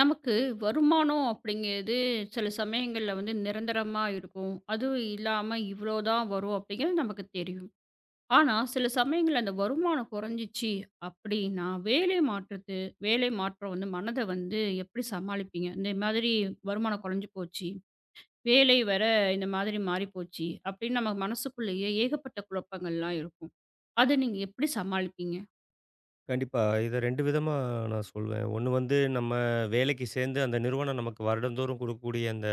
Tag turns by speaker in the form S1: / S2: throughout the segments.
S1: நமக்கு வருமானம் அப்படிங்கிறது சில சமயங்கள்ல வந்து நிரந்தரமா இருக்கும். அதுவும் இல்லாம இவ்வளோ தான் வரும் அப்படிங்கிறது நமக்கு தெரியும். ஆனா, சில சமயங்கள்ல அந்த வருமானம் குறைஞ்சிச்சு அப்படின்னா, வேலை மாற்றம் வந்து மனத வந்து எப்படி சமாளிப்பீங்க? இந்த மாதிரி வருமானம் குறைஞ்சு போச்சு, வேலை வேற இந்த மாதிரி மாறிப்போச்சு அப்படின்னு நம்ம மனசுக்குள்ளேயே ஏகப்பட்ட குழப்பங்கள்லாம் இருக்கும். அத நீங்க எப்படி சமாளிப்பீங்க?
S2: கண்டிப்பா. இத 2 விதமா நான் சொல்வேன். ஒண்ணு வந்து நம்ம வேலைக்கு சேர்ந்து அந்த நிறுவனம் நமக்கு வருடந்தோறும் குடுக்கக்கூடிய அந்த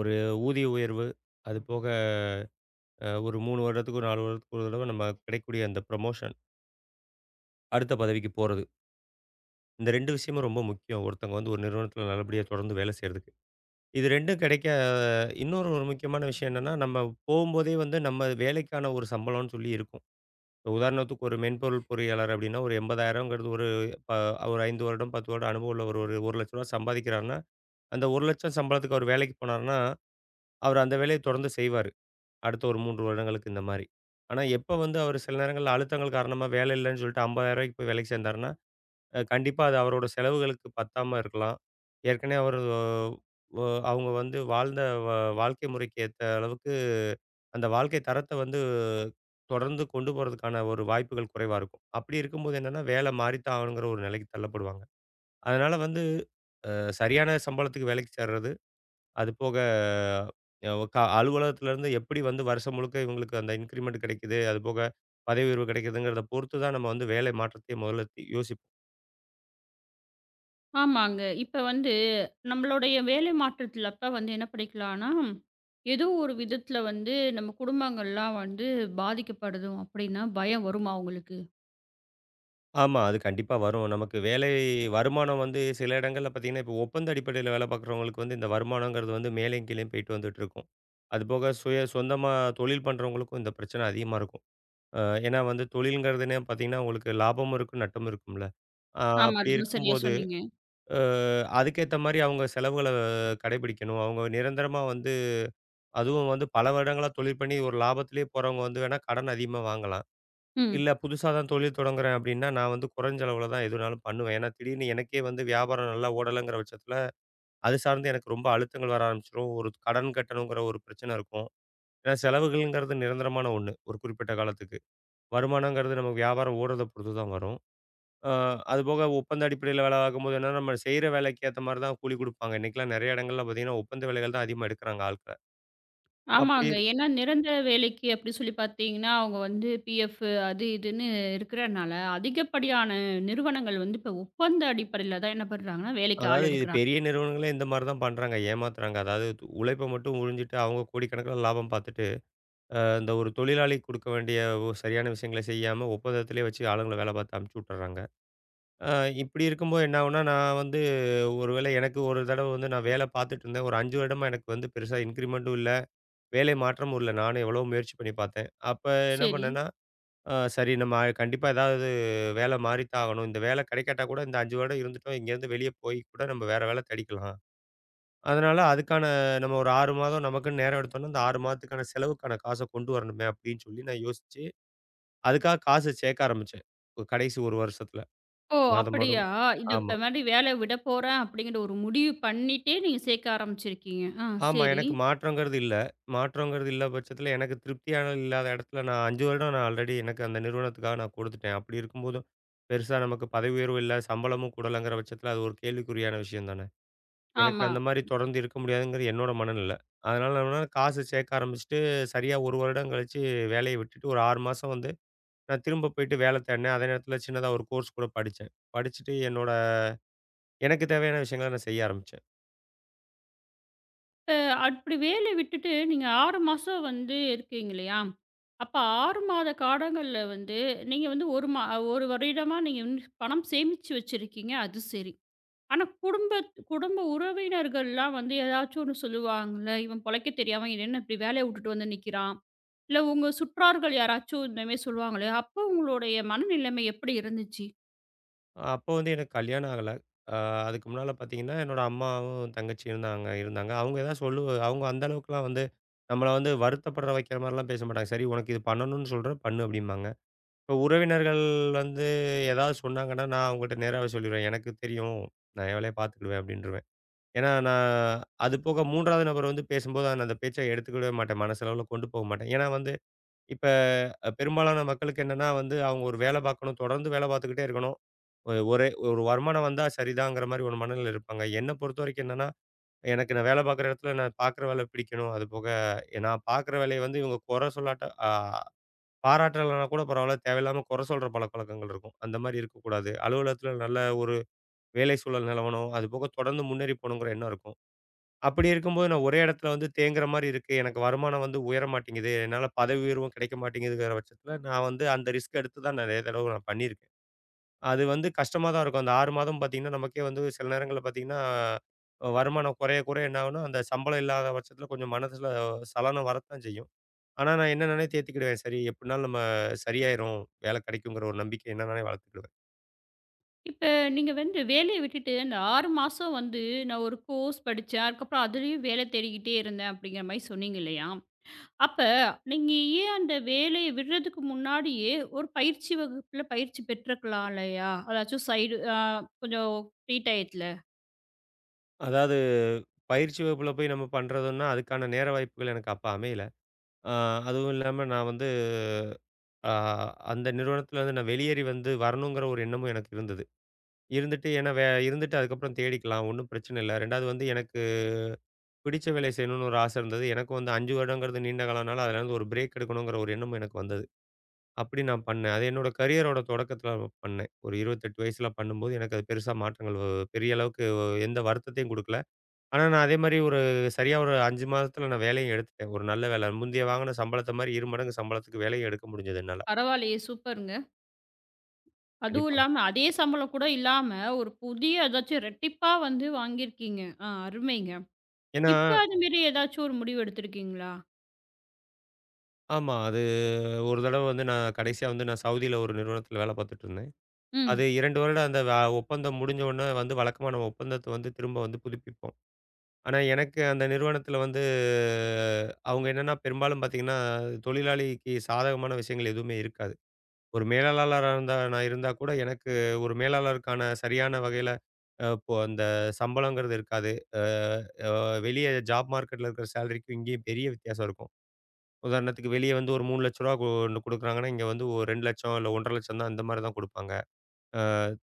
S2: ஒரு ஊதிய உயர்வு. அது போக ஒரு 3 வருடத்துக்கு, 4 வருடத்துக்கு ஒரு தடவ நம்ம கிடைக்கக்கூடிய அந்த ப்ரமோஷன். அடுத்த பதவிக்கு போறது. இந்த 2 விஷயமும் ரொம்ப முக்கியம். ஒருத்தவங்க வந்து ஒரு நிறுவனத்தில நல்லபடியா தொடர்ந்து வேலை செய்றதுக்கு. இது 2ம் கிடைக்க இன்னொரு ஒரு முக்கியமான விஷயம் என்னன்னா, நம்ம போம்போதே வந்து நம்ம வேலைக்கான ஒரு சம்பளம்னு சொல்லி இருக்கும். இப்ப உதாரணத்துக்கு ஒரு மென்பொருள் பொறியாளர் அப்டின்னா ஒரு 80,000ங்கிறது ஒரு ப ஒரு 5 வருடம், 10 வருடம் அனுபவம் உள்ள ஒரு ஒரு ரூ. 1,00,000 சம்பாதிக்கிறார்னா அந்த 1,00,000 சம்பளத்துக்கு அவரு வேலைக்கு போனாருன்னா, அவரு அந்த வேலைய தொடர்ந்து செய்வாரு. அடுத்த ஒரு 3 வருடங்களுக்கு இந்த மாரி. ஆனா, எப்ப வந்து அவரு சில நேரங்கள்ல அழுத்தங்கள் காரணமா வேலை இல்லன்னு சொல்லிட்டு ரூ. 50,000க்கு போய் வேலைக்கு சேர்ந்தாருன்னா, கண்டிப்பா அது அவரோட செலவுகளுக்கு பத்தாம இருக்கலாம். ஏற்கனவே அவரு ஒ அவங்க வந்து வாழ்ந்த வ வாழ்க்கை முறைக்கு ஏத்த அளவுக்கு அந்த வாழ்க்கை தரத்த வந்து தொடர்ந்து கொண்டு போறதுக்கான ஒரு வாய்ப்புகள் குறைவா இருக்கும். அப்படி இருக்கும்போது என்னன்னா, வேலை மாறித்தான் ஆகணுங்கிற ஒரு நிலைக்கு தள்ளப்படுவாங்க. அதனால வந்து சரியான சம்பளத்துக்கு வேலைக்கு சேர்றது, அது போக அ ஒ கா அலுவலகத்திலேருந்து எப்படி வந்து வருஷம் முழுக்க இவங்களுக்கு அந்த இன்கிரிமெண்ட் கிடைக்குது, அதுபோக பதவி உயர்வு கிடைக்குதுங்கிறத பொறுத்து தான் நம்ம வந்து வேலை மாற்றத்தையே முதல்ல யோசிப்போம்.
S1: ஆமாங்க. இப்ப வந்து நம்மளுடைய வேலை மாற்றத்துல அப்ப வந்து என்ன பண்ணிக்கலான்னா, ஏதோ ஒரு விதத்துல வந்து நம்ம குடும்பங்கள்லாம் வந்து பாதிக்கப்படுதோம் அப்படின்னா பயம் வருமா உங்களுக்கு?
S2: ஆமா. அது கண்டிப்பா வரும். நமக்கு வேலை வருமானம் வந்து சில இடங்கள்ல பார்த்தீங்கன்னா, இப்போ ஒப்பந்த அடிப்படையில வேலை பார்க்குறவங்களுக்கு வந்து இந்த வருமானங்கிறது வந்து மேலேயும் கீழேயும் போயிட்டு வந்துட்டு இருக்கும். அதுபோக சுய சொந்தமா தொழில் பண்ணுறவங்களுக்கும் இந்த பிரச்சனை அதிகமா இருக்கும். அ ஏன்னா வந்து தொழில்ங்கிறதுனே பார்த்தீங்கன்னா, உங்களுக்கு லாபமும் இருக்கும், நட்டமும் இருக்கும்ல.
S1: ஆமா.
S2: அப்படி
S1: ரொம்ப சரியா
S2: இருக்கும்போது
S1: சொன்னீங்க.
S2: அ அதுக்கேத்த மாரி அவங்க செலவுகள கடைபிடிக்கணும். அவங்க நிரந்தரமா வந்து அதுவும் வந்து பல வருடங்களா தொழில் பண்ணி ஒரு லாபத்திலேயே போறவங்க வந்து வேணா கடன் அதிகமா வாங்கலாம்.
S1: ம்.
S2: இல்ல புதுசா தான் தொழில் தொடங்குறேன் அப்டின்னா, நான் வந்து குறைஞ்ச அளவுல தான் எதுனாலும் பண்ணுவேன். ஏன்னா திடீர்னு எனக்கே வந்து வியாபாரம் நல்லா ஓடலங்கிற பட்சத்தில, அது சார்ந்து எனக்கு ரொம்ப அழுத்தங்கள் வர ஆரம்பிச்சுரும். ஒரு கடன் கட்டணுங்கிற ஒரு பிரச்சனை இருக்கும். ஏன்னா செலவுகள்ங்கிறது நிரந்தரமான ஒண்ணு. ஒரு குறிப்பிட்ட காலத்துக்கு. வருமானங்கிறது நமக்கு வியாபாரம் ஓடுறத பொறுத்து தான் வரும். அ அதுபோக ஒப்பந்த அடிப்படையில வேலை பார்க்கும்போது என்னன்னா, நம்ம செய்ற வேலைக்கு ஏத்த மாரி தான் கூலி குடுப்பாங்க. இன்னைக்கெல்லாம் நெறைய இடங்கள்ல பார்த்தீங்கன்னா, ஒப்பந்த வேலைகள் தான் அதிகமா எடுக்குறாங்க ஆட்கள. அப்படி
S1: ஆமாங்க. ஏன்னா நிரந்தர வேலைக்கு அப்படி சொல்லி பார்த்தீங்கன்னா, அவங்க வந்து பிஎஃப் அது இதுன்னு இருக்கிறனால, அதிகப்படியான நிறுவனங்கள் வந்து இப்ப ஒப்பந்த அடிப்படையில தான் என்ன பண்றாங்கன்னா, வேலைக்கு ஆள்
S2: அதாவது இது
S1: எடுக்குறாங்க.
S2: பெரிய நிறுவனங்களே இந்த மாரி தான் பண்றாங்க. ஏமாத்துறாங்க. அதாவது உழைப்ப மட்டும் உறிஞ்சிட்டு அவங்க கோடிக்கணக்கில லாபம் பார்த்துட்டு, இந்த ஒரு தொழிலாளி குடுக்க வேண்டிய சரியான விஷயங்கள செய்யாம ஒப்பந்தத்திலே வச்சு ஆளுங்கள வேலை பார்த்து அனுப்பிச்சு விட்டுர்றாங்க. அ இப்படி இருக்கும்போது என்ன ஆகும்னா, நான் வந்து ஒரு வேளை எனக்கு ஒரு தடவ வந்து நான் வேலை பார்த்துட்டு இருந்தேன். ஒரு 5 வருடமா எனக்கு வந்து பெருசா இன்கிரிமென்ட்டும் இல்ல. வேலை மாற்றமும் இல்ல. நானும் எவ்வளவோ முயற்சி பண்ணி பார்த்தேன். அப்ப என்ன
S1: சரி.
S2: பண்ணேன்னா, சரி நம்ம கண்டிப்பா ஏதாவது வேலை மாறித்தான் ஆகணும். இந்த வேலை கிடைக்காட்டா கூட இந்த 5 வருடம் இருந்துட்டோம். இங்கேருந்து வெளிய போய் கூட நம்ம வேற வேலை தேடிக்கலாம். அதனால அதுக்கான நம்ம ஒரு 6 மாதம் நமக்குன்னு நேரம் எடுத்தோம்னா, அந்த 6 மாதத்துக்கான செலவுக்கான காச கொண்டு வரணுமே அப்படின்னு சொல்லி நான் யோசிச்சு, அதுக்காக காசு சேர்க்க ஆரம்பிச்சேன். ஒரு கடைசி 1 வருஷத்துல.
S1: ஓ!
S2: மாதம்
S1: அப்படியா?
S2: மாதம்.
S1: இது
S2: ஆமா.
S1: இப்ப மாரி வேலைய விட போறேன் அப்படிங்கிற ஒரு முடிவு பண்ணிட்டே நீங்க சேர்க்க ஆரம்பிச்சிருக்கீங்க. ஆ
S2: ஆமா.
S1: சரி.
S2: எனக்கு மாற்றங்கிறது இல்ல. மாற்றங்கிறது இல்ல பட்சத்தில எனக்கு திருப்தியான இல்லாத இடத்துல நான் 5 வருடம் நான் ஆல்ரெடி எனக்கு அந்த நிறுவனத்துக்காக நான் கொடுத்துட்டேன். அப்படி இருக்கும்போதும், பெருசா நமக்கு பதவி உயர்வு இல்ல, சம்பளமும் கூடலங்கிற பட்சத்தில அது ஒரு கேள்விக்குறியான விஷயம் தானே. எனக்கு
S1: ஆமா.
S2: அந்த மாரி தொடர்ந்து இருக்க முடியாதுங்கிறது என்னோட மனநில. அதனால நான் என்ன காசு சேர்க்க ஆரம்பிச்சுட்டு, சரியா 1 வருடம் கழிச்சு வேலைய விட்டுட்டு ஒரு 6 மாசம் வந்து நான் திரும்ப போயிட்டு வேலை தேடினேன். அதே நேரத்தில சின்னதா ஒரு கோர்ஸ் கூட படிச்சேன். படிச்சுட்டு என்னோட எனக்கு தேவையான விஷயங்கள நான் செய்ய ஆரம்பிச்சேன்.
S1: இப்ப அப்படி வேலைய விட்டுட்டு நீங்க 6 மாசம் வந்து இருக்கீங்க இல்லையா? அப்ப 6 மாத காலங்கள்ல வந்து நீங்க வந்து 1 வருடமா நீங்க வந்து பணம் சேமிச்சு வச்சிருக்கீங்க. அது சரி. ஆனா குடும்ப உறவினர்கள்லாம் வந்து ஏதாச்சும் ஒண்ணு சொல்லுவாங்கல்ல, "இவன் பொழைக்க தெரியாம என்ன இப்படி வேலைய விட்டுட்டு வந்து நிக்கிறான்." இல்ல உங்க சுற்றார்கள் யாராச்சும் இந்த மாரி சொல்லுவாங்களே, அப்போ உங்களுடைய மனநிலைமை எப்படி இருந்துச்சு?
S2: அப்போ வந்து எனக்கு கல்யாணம் ஆகல. அ அதுக்கு முன்னால பார்த்தீங்கன்னா, என்னோட அம்மாவும், தங்கச்சியும் தாங்க இருந்தாங்க. அவங்க ஏதாவது சொல்லு அவங்க அந்த அளவுக்குலாம் வந்து நம்மள வந்து வருத்தப்பட வைக்கிற மாரிலாம் பேச மாட்டாங்க. "சரி உனக்கு இது பண்ணணும்னு சொல்றேன் பண்ணு" அப்படிம்பாங்க. இப்போ உறவினர்கள் வந்து ஏதாவது சொன்னாங்கன்னா, நான் அவங்கள்ட்ட நேராவே சொல்லிருவேன். "எனக்கு தெரியும். நான் என் வேலைய பார்த்துக்கிடுவேன்" அப்படின்ருவேன். ஏன்னா நான் அது போக 3வது நபர் வந்து பேசும்போது நான் அந்த பேச்ச எடுத்துக்கிடவே மாட்டேன். மனசளவுல கொண்டு போக மாட்டேன். ஏன்னா வந்து இப்ப பெரும்பாலான மக்களுக்கு என்னன்னா வந்து, அவங்க ஒரு வேலை பார்க்கணும். தொடர்ந்து வேலை பார்த்துக்கிட்டே இருக்கணும். ஒரே ஒரு வருமானம் வந்தா சரிதாங்கிற மாரி ஒரு மனநிலையில இருப்பாங்க. என்ன பொறுத்தவரைக்கும் என்னன்னா, எனக்கு நான் வேலை பார்க்குற இடத்துல நான் பார்க்குற வேலை பிடிக்கணும். அது போக நான் பார்க்குற வேலைய வந்து இவங்க குறை சொல்லாட்ட பாராட்டலனா கூட பரவால்ல. தேவையில்லாம குறை சொல்ற பழக்கவழக்கங்கள் இருக்கும். அந்த மாரி இருக்கக்கூடாது. அலுவலகத்துல நல்ல ஒரு வேலை சூழல் நிலவணும். அது போக தொடர்ந்து முன்னேறி போகணுங்கிற எண்ணம் இருக்கும். அப்படி இருக்கும்போது நான் ஒரே இடத்துல வந்து தேங்குற மாரி இருக்கு. எனக்கு வருமானம் வந்து உயர மாட்டேங்குது. என்னால பதவி உயர்வும் கிடைக்க மாட்டேங்குதுங்கிற பட்சத்தில, நான் வந்து அந்த ரிஸ்க் எடுத்து தான் நெறைய தடவ நான் பண்ணியிருக்கேன். அது வந்து கஷ்டமா தான் இருக்கும். அந்த 6 மாதம் பார்த்தீங்கன்னா, நமக்கே வந்து சில நேரங்கள்ல பார்த்தீங்கன்னா, வருமானம் குறைய குறைய என்ன ஆகும்னா, அந்த சம்பளம் இல்லாத பட்சத்தில கொஞ்சம் மனசுல சலனம் வரத்தான் செய்யும். ஆனா நான் என்ன நானே தேத்திக்கிடுவேன். சரி எப்படினாலும் நம்ம சரியாயிரும். வேலை கிடைக்குங்கிற ஒரு நம்பிக்கை என்ன நானே வளர்த்துக்கிடுவேன்.
S1: இப்ப நீங்க வந்து வேலைய விட்டுட்டு அந்த 6 மாசம் வந்து நான் ஒரு கோர்ஸ் படிச்சேன். அதுக்கப்புறம் அதுலயும் வேலை தேடிக்கிட்டே இருந்தேன் அப்படிங்கிற மாரி சொன்னீங்க இல்லையா? அப்ப நீங்க ஏன் அந்த வேலைய விடுறதுக்கு முன்னாடியே ஒரு பயிற்சி வகுப்புல பயிற்சி பெற்றுக்கலாம் இல்லையா? அதாச்சும் சைடு அ கொஞ்சம் ஃப்ரீ டயத்துல.
S2: அதாவது பயிற்சி வகுப்புல போய் நம்ம பண்றதுன்னா, அதுக்கான நேர வாய்ப்புகள் எனக்கு அப்ப அமையல. அ அதுவும் இல்லாம நான் வந்து ஆ அந்த நிறுவனத்துலருந்து நான் வெளியேறி வந்து வரணுங்கிற ஒரு எண்ணமும் எனக்கு இருந்தது. இருந்துட்டு ஏன்னா வே இருந்துட்டு அதுக்கப்புறம் தேடிக்கலாம். ஒண்ணும் பிரச்சனை இல்ல. 2வது வந்து எனக்கு பிடிச்ச வேலைய செய்யணும்னு ஒரு ஆசை இருந்தது. எனக்கும் வந்து 5 வருடங்கிறது நீண்ட காலம்னால அதுலருந்து ஒரு பிரேக் எடுக்கணுங்கிற ஒரு எண்ணமும் எனக்கு வந்தது. அப்படி நான் பண்ணேன். அது என்னோட கரியரோட தொடக்கத்துல நான் பண்ணேன். ஒரு 28 வயசுல பண்ணும்போது எனக்கு அது பெருசா மாற்றங்கள் வ பெரிய அளவுக்கு எந்த வருத்தத்தையும் குடுக்கல. ஆனா நான் அதே மாரி சரியா ஒரு 5 மாதத்துல நான் வேலையும் எடுத்துட்டேன். ஒரு நல்ல வேல. முந்தைய வாங்குன சம்பளத்த மாரி 2 மடங்கு சம்பளத்துக்கு வேலையும் எடுக்க முடிஞ்சது என்னால.
S1: பரவாயில்லையே சூப்பருங்க. அதுவும்
S2: கண்டிப்பா.
S1: இல்லாம அதே சம்பளம் கூட இல்லாம ஒரு புதிய அதாச்சும் ரெட்டிப்பா வந்து வாங்கியிருக்கீங்க. ஆ அருமைங்க.
S2: ஏன்னா
S1: இப்ப அது மாரி ஏதாச்சும் ஒரு முடிவு எடுத்திருக்கீங்களா?
S2: ஆமா. அது ஒரு தடவ வந்து நான் கடைசியா வந்து நான் சவுதியில ஒரு நிறுவனத்தில வேலை பார்த்துட்டு இருந்தேன். அது
S1: ம்.
S2: 2 வருடம் அந்த ஒப்பந்தம் முடிஞ்ச உடனே வந்து வழக்கமா நம்ம ஒப்பந்தத்த வந்து திரும்ப வந்து புதுப்பிப்போம். ஆனா எனக்கு அந்த நிறுவனத்தில வந்து அவங்க என்னன்னா பெரும்பாலும் பார்த்தீங்கன்னா, தொழிலாளிக்கு சாதகமான விஷயங்கள் எதுவுமே இருக்காது. ஒரு மேலாளரா இருந்தா நான் இருந்தா கூட எனக்கு ஒரு மேலாளருக்கான சரியான வகையில இப்போ அந்த சம்பளங்கிறது இருக்காது. அ அ வெளிய ஜாப் மார்க்கெட்ல இருக்கிற சேலரிக்கும் இங்கேயும் பெரிய வித்தியாசம் இருக்கும். உதாரணத்துக்கு வெளிய வந்து ஒரு ரூ. 3,00,000 கொண்டு குடுக்குறாங்கன்னா, இங்க வந்து ஒரு 2,00,000 இல்ல 1,50,000 தான் அந்த மாரி தான் குடுப்பாங்க. அ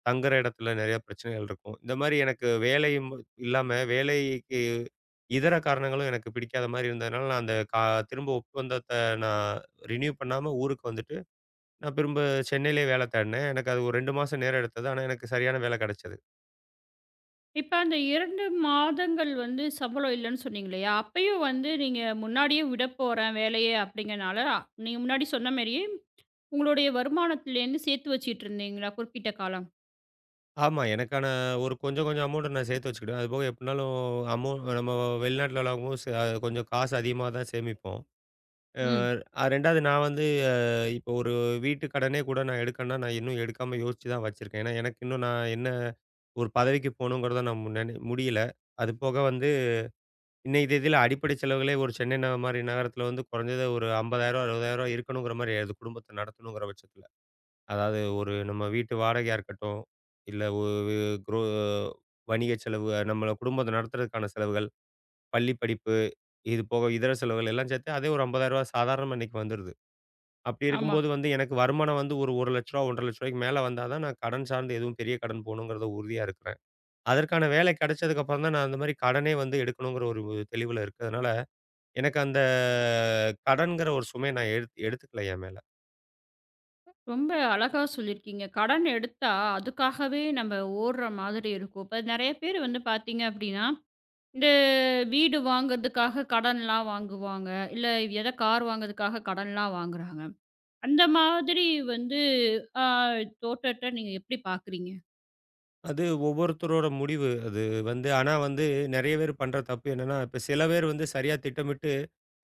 S2: தங்குற இடத்துல நெறைய பிரச்சனைகள் இருக்கும். இந்த மாரி எனக்கு வேலையும் இல்லாம வேலைக்கு இதர காரணங்களும் எனக்கு பிடிக்காத மாரி இருந்ததுனால, நான் அந்த கா திரும்ப ஒப்பந்தத்த நான் ரினியூ பண்ணாம ஊருக்கு வந்துட்டு, நான் திரும்ப சென்னையிலேயே வேல தேடினேன். எனக்கு அது ஒரு 2 மாசம் நேரம் எடுத்தது. ஆனா, எனக்கு சரியான வேல கெடைச்சது.
S1: இப்ப அந்த 2 மாதங்கள் வந்து சம்பளம் இல்லன்னு சொன்னீங்க இல்லையா? அப்பயும் வந்து நீங்க முன்னாடியே விடப்போறேன் வேலைய அப்படிங்கிறனால, நீங்க முன்னாடி சொன்ன மாரியே உங்களுடைய வருமானத்திலேருந்து சேர்த்து வச்சுட்டு இருந்தீங்களா குறிப்பிட்ட காலம்?
S2: ஆமா, எனக்கான ஒரு கொஞ்சம் கொஞ்சம் அமௌண்ட்ட நான் சேர்த்து வச்சுக்கிடுவேன். அதுபோக எப்படினாலும் அமௌ நம்ம வெளிநாட்டுல விளையாடும்போது கொஞ்சம் காசு அதிகமா தான் சேமிப்போம்.
S1: ம்.
S2: அ 2வது நான் வந்து அ இப்போ ஒரு வீட்டு கடனே கூட நான் எடுக்கன்னா, நான் இன்னும் எடுக்காம யோசிச்சு தான் வச்சிருக்கேன். ஏன்னா, எனக்கு இன்னும் நான் என்ன ஒரு பதவிக்கு போகணுங்கிறத நான் முன்னனே முடியல. அது போக வந்து இன்னைய தேதியில அடிப்படை செலவுகளே ஒரு சென்னை ந மாரி நகரத்தில வந்து குறைஞ்சது ஒரு ரூ. 50,000 ரூ. 60,000 இருக்கணுங்கிற மாரி ஆயிடுது குடும்பத்த நடத்தணுங்கிற பட்சத்தில. அதாவது ஒரு நம்ம வீட்டு வாடகையா இருக்கட்டும், இல்ல ஒரு குரோ வணிக செலவு, நம்மள குடும்பத்த நடத்துறதுக்கான செலவுகள், பள்ளி படிப்பு, இது போக இதர செலவுகள் எல்லாம் சேர்த்து அதே ஒரு ரூ. 50,000 சாதாரணமா இன்னைக்கு வந்துருது. அப்படி
S1: ஆமா.
S2: இருக்கும்போது வந்து எனக்கு வருமானம் வந்து ஒரு ரூ. 1,00,000 ரூ. 1,50,000க்கு மேல வந்தா தான் நான் கடன் சார்ந்து எதுவும் பெரிய கடன் போணுங்கிறத உறுதியா இருக்கிறேன். அதற்கான வேலை கிடைச்சதுக்கு அப்புறம் தான் நான் அந்த மாரி கடனே வந்து எடுக்கணுங்கிற ஒரு தெளிவுல இருக்கிறதுனால, எனக்கு அந்த கடன்ங்கிற ஒரு சுமைய நான் எடுத்துக்கல என் மேல.
S1: ரொம்ப அழகா சொல்லியிருக்கீங்க. கடன் எடுத்தா அதுக்காகவே நம்ம ஓடுற மாதிரி இருக்கும். இப்ப நெறைய பேர் வந்து பார்த்தீங்க அப்படின்னா, இந்த வீடு வாங்குறதுக்காக கடன்லாம் வாங்குவாங்க. இல்ல எத கார் வாங்குறதுக்காக கடன்லாம் வாங்குறாங்க. அந்த மாதிரி வந்து ஆ தோற்றத்த நீங்க எப்படி பார்க்குறீங்க?
S2: அது ஒவ்வொருத்தரோட முடிவு. அது வந்து ஆனா வந்து நெறைய பேர் பண்ற தப்பு என்னன்னா, இப்ப சில பேர் வந்து சரியா திட்டமிட்டு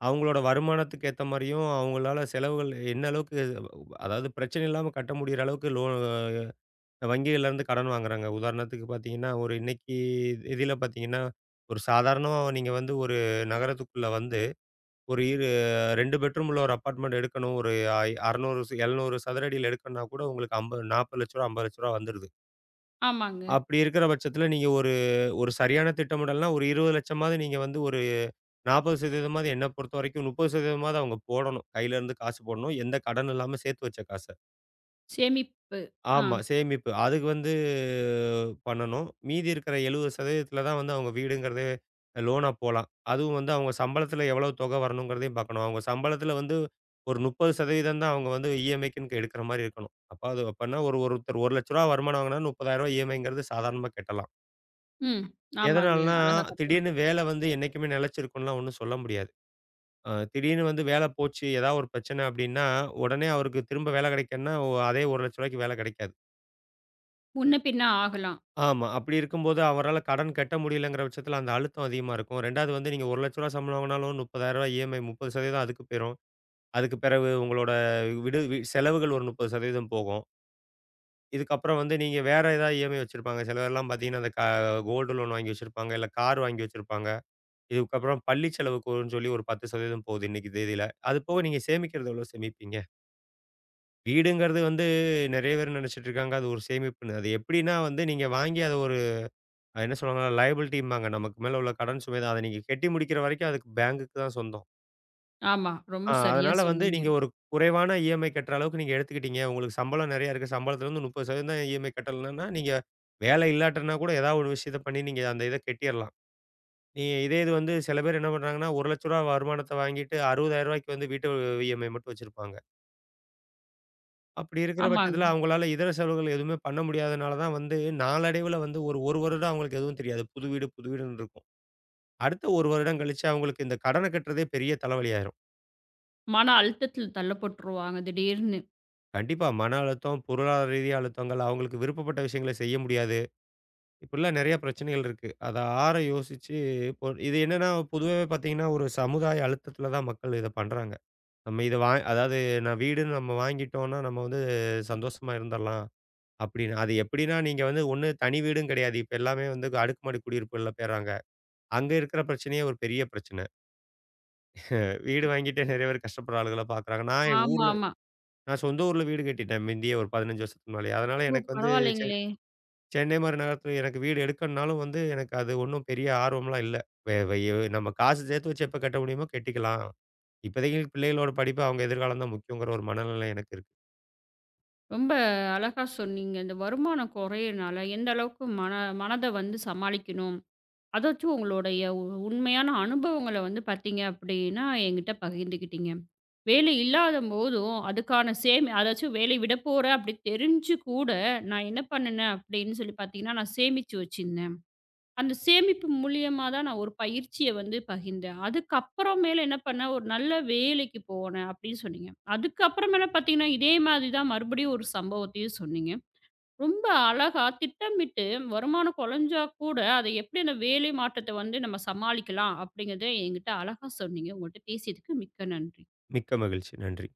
S2: அவங்களோட வருமானத்துக்கு ஏத்த மாரியும், அவங்களால செலவுகள் என்ன அளவுக்கு அதாவது பிரச்சனை இல்லாம கட்ட முடியிற அளவுக்கு வங்கிகள்லேருந்து கடன் வாங்குறாங்க. உதாரணத்துக்கு பார்த்தீங்கன்னா, ஒரு இன்னைக்கு இதில பார்த்தீங்கன்னா, ஒரு சாதாரணமா நீங்க வந்து ஒரு நகரத்துக்குள்ள வந்து, ஒரு 2 பெட்ரூம் உள்ள ஒரு அபார்ட்மெண்ட் எடுக்கணும். ஒரு 600 700 சதுர அடியில எடுக்கணும்னா கூட உங்களுக்கு அம்ப ரூ. 40,00,000 ரூ. 50,00,000 வந்துருது.
S1: ஆமாங்க.
S2: அப்படி இருக்கிற பட்சத்தில நீங்க ஒரு ஒரு சரியான திட்டமிடல்னா, ஒரு 20,00,000மாவது நீங்க வந்து ஒரு 40% மாவது என்ன பொறுத்தவரைக்கும் 30% மாவது அவங்க போடணும். கையிலேருந்து காசு போடணும். எந்த கடன் இல்லாம சேர்த்து வச்ச காச.
S1: சேமிப்பு. ஆ.
S2: ஆமா. சேமிப்பு. அதுக்கு வந்து பண்ணணும். மீதி இருக்கிற 70% தான் வந்து அவங்க வீடுங்கிறதே லோனா போலாம். அதுவும் வந்து அவங்க சம்பளத்தில எவ்வளவு தொகை வரணுங்கிறதையும் பார்க்கணும். அவங்க சம்பளத்தில வந்து ஒரு 30% தான் அவங்க வந்து இஎம்ஐக்குன்னு எடுக்கிற மாரி இருக்கணும். அப்ப அது அப்பன்னா ஒரு ஒருத்தர் ரூ. 1,00,000 வருமானம் வாங்குனா ரூ. 30,000 இஎம்ஐங்கிறது சாதாரணமா கட்டலாம்.
S1: ம். ஆமாங்க.
S2: எதனாலன்னா,
S1: அழகா கட்டலாம்.
S2: திடீர்னு வேலை வந்து என்னைக்குமே நிலைச்சிருக்கும்லாம் ஒண்ணும் சொல்ல முடியாது. திடீர்னு வந்து வேலை போச்சு, ஏதாவது ஒரு பிரச்சனை அப்டின்னா, உடனே அவருக்கு திரும்ப வேலை கிடைக்கும்னா, அதே ரூ. 1,00,000க்கு வேலை கிடைக்காது.
S1: முன்ன பின்ன ஆகலாம்.
S2: ஆமா. அப்படி இருக்கும்போது அவரால கடன் கட்ட முடியலங்கிற பட்சத்தில அந்த அழுத்தம் அதிகமா இருக்கும். 2வது வந்து நீங்க ரூ. 1,00,000 சம்பளம் வாங்கினாலும் ரூ. 30,000 இஎம்ஐ 30% அதுக்கு போயிரும். அதுக்கு பிறகு உங்களோட விடு வி செலவுகள் ஒரு 30% போகும். இதுக்கப்புறம் வந்து நீங்க வேற ஏதாவது இஎம்ஐ வச்சிருப்பாங்க. சில பேர்லாம் பார்த்தீங்கன்னா, அந்த கோல்டு லோன் வாங்கி வச்சிருப்பாங்க. இல்ல கார் வாங்கி வச்சிருப்பாங்க. இதுக்கப்புறம் பள்ளி செலவுக்குன்னு சொல்லி ஒரு 10% போகுது இன்னைக்கு தேதியில. அது போக நீங்க சேமிக்கிறது எவ்வளோ சேமிப்பீங்க? வீடுங்கிறது வந்து நெறைய பேர் நெனச்சிட்டு இருக்காங்க. அது ஒரு சேமிப்புன்னு. அது எப்படின்னா வந்து நீங்க வாங்கி அத ஒரு அது என்ன சொல்லுவாங்கன்னா, லயபிலிட்டிம்பாங்க. நமக்கு மேல உள்ள கடன் சுமை தான். அத நீங்க கட்டி முடிக்கிற வரைக்கும் அதுக்கு பேங்குக்கு தான் சொந்தம்.
S1: ஆமா. ரொம்ப சரியா
S2: அதனால வந்து
S1: சொன்னீங்க.
S2: நீங்க ஒரு குறைவான இஎம்ஐ கட்டுற அளவுக்கு நீங்க எடுத்துக்கிட்டீங்க. உங்களுக்கு சம்பளம் நெறையா இருக்கு. சம்பளத்துலருந்து 30% தான் இஎம்ஐ கட்டலன்னா, நீங்க வேலை இல்லாட்டன்னா கூட ஏதாவது ஒரு விஷயத்த பண்ணி நீங்க அந்த இத கட்டிறலாம். நீ இதே இது வந்து சில பேர் என்ன பண்றாங்கன்னா, ரூ. 1,00,000 வருமானத்த வாங்கிட்டு ரூ. 60,000 வந்து வீட்டு இஎம்ஐ மட்டும் வச்சிருப்பாங்க. அப்படி இருக்கிற பட்சத்தில
S1: ஆமாங்க.
S2: அவங்களால இதர செலவுகள் எதுவுமே பண்ண முடியாதனால தான் வந்து நாளடைவுல வந்து ஒரு 1 வருடம் அவங்களுக்கு எதுவும் தெரியாது. புது வீடு, புது வீடுன்னு இருக்கும். அடுத்த 1 வருடம் கழிச்சு அவங்களுக்கு இந்த கடன கட்டுறதே பெரிய தலைவலியாயிரும்.
S1: மன அழுத்தத்தில தள்ளப்பட்டுருவாங்க திடீர்னு.
S2: கண்டிப்பா மன அழுத்தம், பொருளாதார ரீதியா அழுத்தங்கள், அவங்களுக்கு விருப்பப்பட்ட விஷயங்கள செய்ய முடியாது. இப்படிலாம் நெறைய பிரச்சனைகள் இருக்கு. அத ஆற யோசிச்சு இப்போ இது என்னன்னா பொதுவாவே பார்த்தீங்கன்னா, ஒரு சமுதாய அழுத்தத்தில தான் மக்கள் இத பண்றாங்க. நம்ம இத வா அதாவது நான் வீடுன்னு நம்ம வாங்கிட்டோம்னா, நம்ம வந்து சந்தோஷமா இருந்துரலாம் அப்படின்னு. அது எப்படின்னா நீங்க வந்து ஒண்ணு தனி வீடும் கிடையாது. இப்ப எல்லாமே வந்து அடுக்குமாடி குடியிருப்புகள்ல போயிர்றாங்க. அங்க இருக்கிற பிரச்சனையே ஒரு பெரிய பிரச்சனை. வீடு வாங்கிட்டு நெறைய பேர் கஷ்டப்படுற ஆளுகள பார்க்குறாங்க.
S1: ஆமாமா.
S2: நான் சொந்த ஊர்ல வீடு கட்டிட்டேன். முந்தியே ஒரு 15 வருஷத்துக்கு முன்னாலயே. அதனால
S1: ஓ!
S2: எனக்கு வந்து செ
S1: பரவாயில்லைங்களே!
S2: சென்னை மாரி நகரத்துல எனக்கு வீடு எடுக்கணும்னாலும் வந்து எனக்கு அது ஒண்ணும் பெரிய ஆர்வம்லாம் இல்ல. வே வை நம்ம காசு சேர்த்து வச்சு எப்ப கட்ட முடியுமோ கட்டிக்கலாம். இப்போதைக்கு பிள்ளைகளோட படிப்பு அவங்க எதிர்காலம் தான் முக்கியங்கிற ஒரு மனநிலை எனக்கு இருக்கு.
S1: ரொம்ப அழகா சொன்னீங்க. இந்த வருமானம் குறையிறனால எந்த அளவுக்கு மனத வந்து சமாளிக்கணும்? அதாச்சும் உங்களுடைய உ உண்மையான அனுபவங்கள வந்து பார்த்தீங்க அப்படின்னா, என்கிட்ட பகிர்ந்துக்கிட்டீங்க. வேலை இல்லாதம்போதும், அதுக்கான சேமி அதாச்சும் வேலை விட போறேன் அப்படி தெரிஞ்சு கூட, நான் என்ன பண்ணுனேன் அப்படின்னு சொல்லி பார்த்தீங்கன்னா, நான் சேமிச்சு வச்சிருந்தேன். அந்த சேமிப்பு மூலியமா தான் நான் ஒரு பயிற்சிய வந்து பகிர்ந்தேன். அதுக்கப்புறம் மேல என்ன பண்ணேன், ஒரு நல்ல வேலைக்கு போனேன் அப்படின்னு சொன்னீங்க. அதுக்கப்புறமேல பார்த்தீங்கன்னா, இதே மாதிரி தான் மறுபடியும் ஒரு சம்பவத்தையும் சொன்னீங்க. ரொம்ப அழகா திட்டமிட்டு வருமானம் குறைஞ்சா கூட, அதை எப்படி அந்த வேலை மாற்றத்த வந்து நம்ம சமாளிக்கலாம்? அப்படிங்கிறத என்கிட்ட அழகா சொன்னீங்க. உங்கள்ட்ட பேசியதுக்கு மிக்க நன்றி.
S2: மிக்க மகிழ்ச்சி. நன்றி.